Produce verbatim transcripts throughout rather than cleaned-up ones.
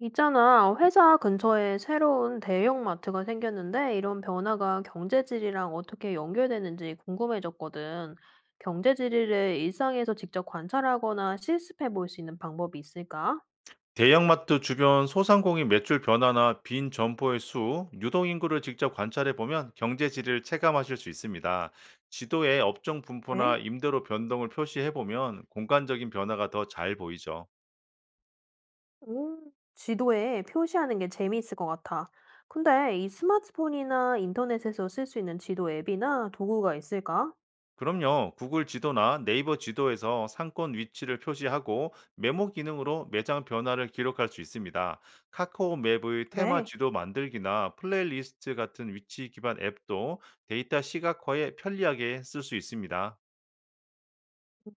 있잖아, 회사 근처에 새로운 대형 마트가 생겼는데 이런 변화가 경제 질이랑 어떻게 연결되는지 궁금해졌거든. 경제 질이를 일상에서 직접 관찰하거나 실습해 볼 수 있는 방법이 있을까? 대형마트 주변 소상공인 매출 변화나 빈 점포의 수, 유동인구를 직접 관찰해 보면 경제 질을 체감하실 수 있습니다. 지도에 업종 네. 분포나 임대료 변동을 표시해 보면 공간적인 변화가 더 잘 보이죠. 음, 지도에 표시하는 게 재미있을 것 같아. 근데 이 스마트폰이나 인터넷에서 쓸 수 있는 지도 앱이나 도구가 있을까? 그럼요, 구글 지도나 네이버 지도에서 상권 위치를 표시하고 메모 기능으로 매장 변화를 기록할 수 있습니다. 카카오 맵의 테마 그래. 지도 만들기나 플레이리스트 같은 위치 기반 앱도 데이터 시각화에 편리하게 쓸 수 있습니다.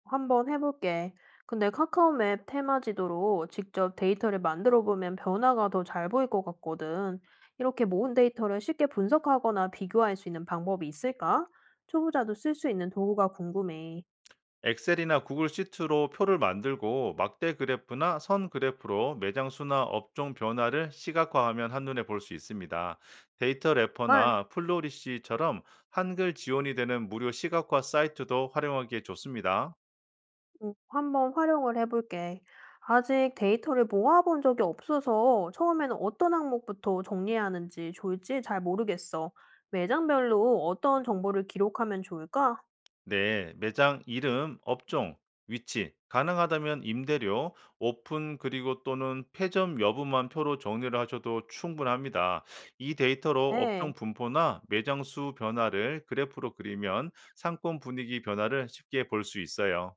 한번 해볼게. 근데 카카오맵 테마 지도로 직접 데이터를 만들어 보면 변화가 더 잘 보일 것 같거든. 이렇게 모은 데이터를 쉽게 분석하거나 비교할 수 있는 방법이 있을까? 초보자도 쓸 수 있는 도구가 궁금해. 엑셀이나 구글 시트로 표를 만들고 막대 그래프나 선 그래프로 매장 수나 업종 변화를 시각화하면 한눈에 볼 수 있습니다. 데이터 헐, 래퍼나 플로리시처럼 한글 지원이 되는 무료 시각화 사이트도 활용하기에 좋습니다. 음, 한번 활용을 해볼게. 아직 데이터를 모아본 적이 없어서 처음에는 어떤 항목부터 정리해야 하는지 좋을지 잘 모르겠어. 매장별로 어떤 정보를 기록하면 좋을까? 네, 매장 이름, 업종, 위치, 가능하다면 임대료, 오픈 그리고 또는 폐점 여부만 표로 정리를 하셔도 충분합니다. 이 데이터로 업종 네. 분포나 매장 수 변화를 그래프로 그리면 상권 분위기 변화를 쉽게 볼 수 있어요.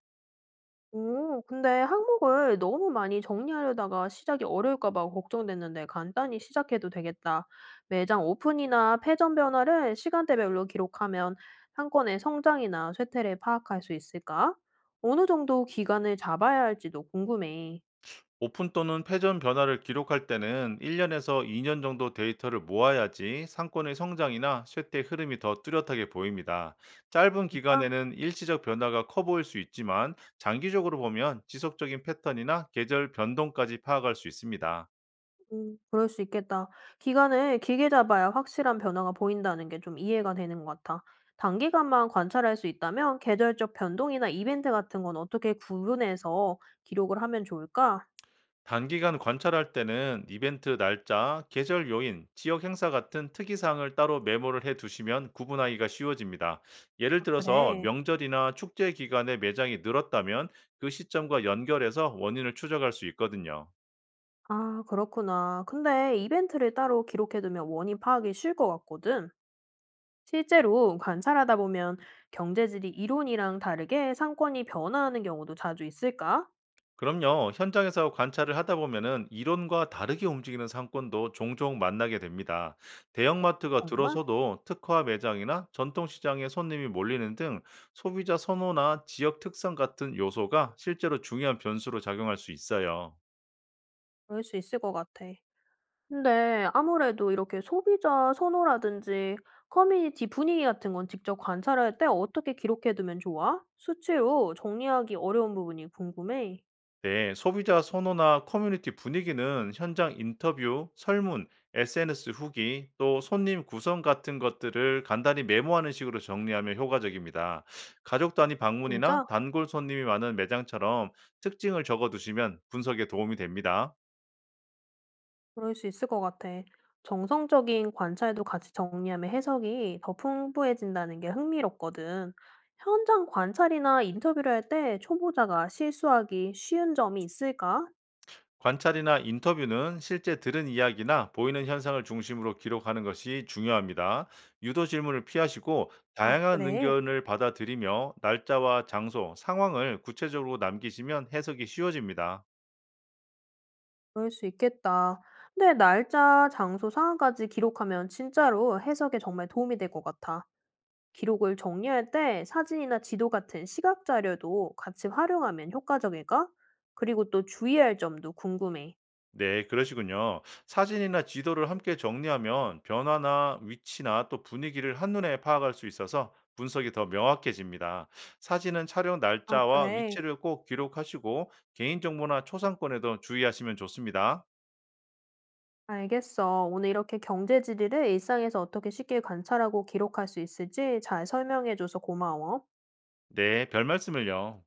오, 근데 항목을 너무 많이 정리하려다가 시작이 어려울까 봐 걱정됐는데 간단히 시작해도 되겠다. 매장 오픈이나 패전 변화를 시간대별로 기록하면 상권의 성장이나 쇠퇴를 파악할 수 있을까? 어느 정도 기간을 잡아야 할지도 궁금해. 오픈 또는 패전 변화를 기록할 때는 일 년에서 이 년 정도 데이터를 모아야지 상권의 성장이나 쇠퇴 흐름이 더 뚜렷하게 보입니다. 짧은 진짜? 기간에는 일시적 변화가 커 보일 수 있지만 장기적으로 보면 지속적인 패턴이나 계절 변동까지 파악할 수 있습니다. 음 그럴 수 있겠다. 기간을 길게 잡아야 확실한 변화가 보인다는 게 좀 이해가 되는 것 같아. 단기간만 관찰할 수 있다면 계절적 변동이나 이벤트 같은 건 어떻게 구분해서 기록을 하면 좋을까? 단기간 관찰할 때는 이벤트 날짜, 계절 요인, 지역 행사 같은 특이사항을 따로 메모를 해 두시면 구분하기가 쉬워집니다. 예를 아, 들어서 그래. 명절이나 축제 기간에 매장이 늘었다면 그 시점과 연결해서 원인을 추적할 수 있거든요. 아, 그렇구나. 근데 이벤트를 따로 기록해두면 원인 파악이 쉬울 것 같거든. 실제로 관찰하다 보면 경제질이 이론이랑 다르게 상권이 변화하는 경우도 자주 있을까? 그럼요. 현장에서 관찰을 하다 보면은 이론과 다르게 움직이는 상권도 종종 만나게 됩니다. 대형마트가 정말? 들어서도 특화 매장이나 전통시장에 손님이 몰리는 등 소비자 선호나 지역 특성 같은 요소가 실제로 중요한 변수로 작용할 수 있어요. 그럴 수 있을 것 같아. 근데 아무래도 이렇게 소비자 선호라든지 커뮤니티 분위기 같은 건 직접 관찰할 때 어떻게 기록해두면 좋아? 수치로 정리하기 어려운 부분이 궁금해. 네, 소비자 선호나 커뮤니티 분위기는 현장 인터뷰, 설문, 에스엔에스 후기, 또 손님 구성 같은 것들을 간단히 메모하는 식으로 정리하면 효과적입니다. 가족 단위 방문이나 진짜? 단골 손님이 많은 매장처럼 특징을 적어두시면 분석에 도움이 됩니다. 그럴 수 있을 것 같아. 정성적인 관찰도 같이 정리하면 해석이 더 풍부해진다는 게 흥미롭거든. 현장 관찰이나 인터뷰를 할 때 초보자가 실수하기 쉬운 점이 있을까? 관찰이나 인터뷰는 실제 들은 이야기나 보이는 현상을 중심으로 기록하는 것이 중요합니다. 유도 질문을 피하시고 아, 다양한 그래. 의견을 받아들이며 날짜와 장소, 상황을 구체적으로 남기시면 해석이 쉬워집니다. 그럴 수 있겠다. 근데 날짜, 장소, 상황까지 기록하면 진짜로 해석에 정말 도움이 될 것 같아. 기록을 정리할 때 사진이나 지도 같은 시각 자료도 같이 활용하면 효과적일까? 그리고 또 주의할 점도 궁금해. 네, 그러시군요. 사진이나 지도를 함께 정리하면 변화나 위치나 또 분위기를 한눈에 파악할 수 있어서 분석이 더 명확해집니다. 사진은 촬영 아, 날짜와 그래. 위치를 꼭 기록하시고 개인정보나 초상권에도 주의하시면 좋습니다. 알겠어. 오늘 이렇게 경제 지리를 일상에서 어떻게 쉽게 관찰하고 기록할 수 있을지 잘 설명해줘서 고마워. 네, 별말씀을요.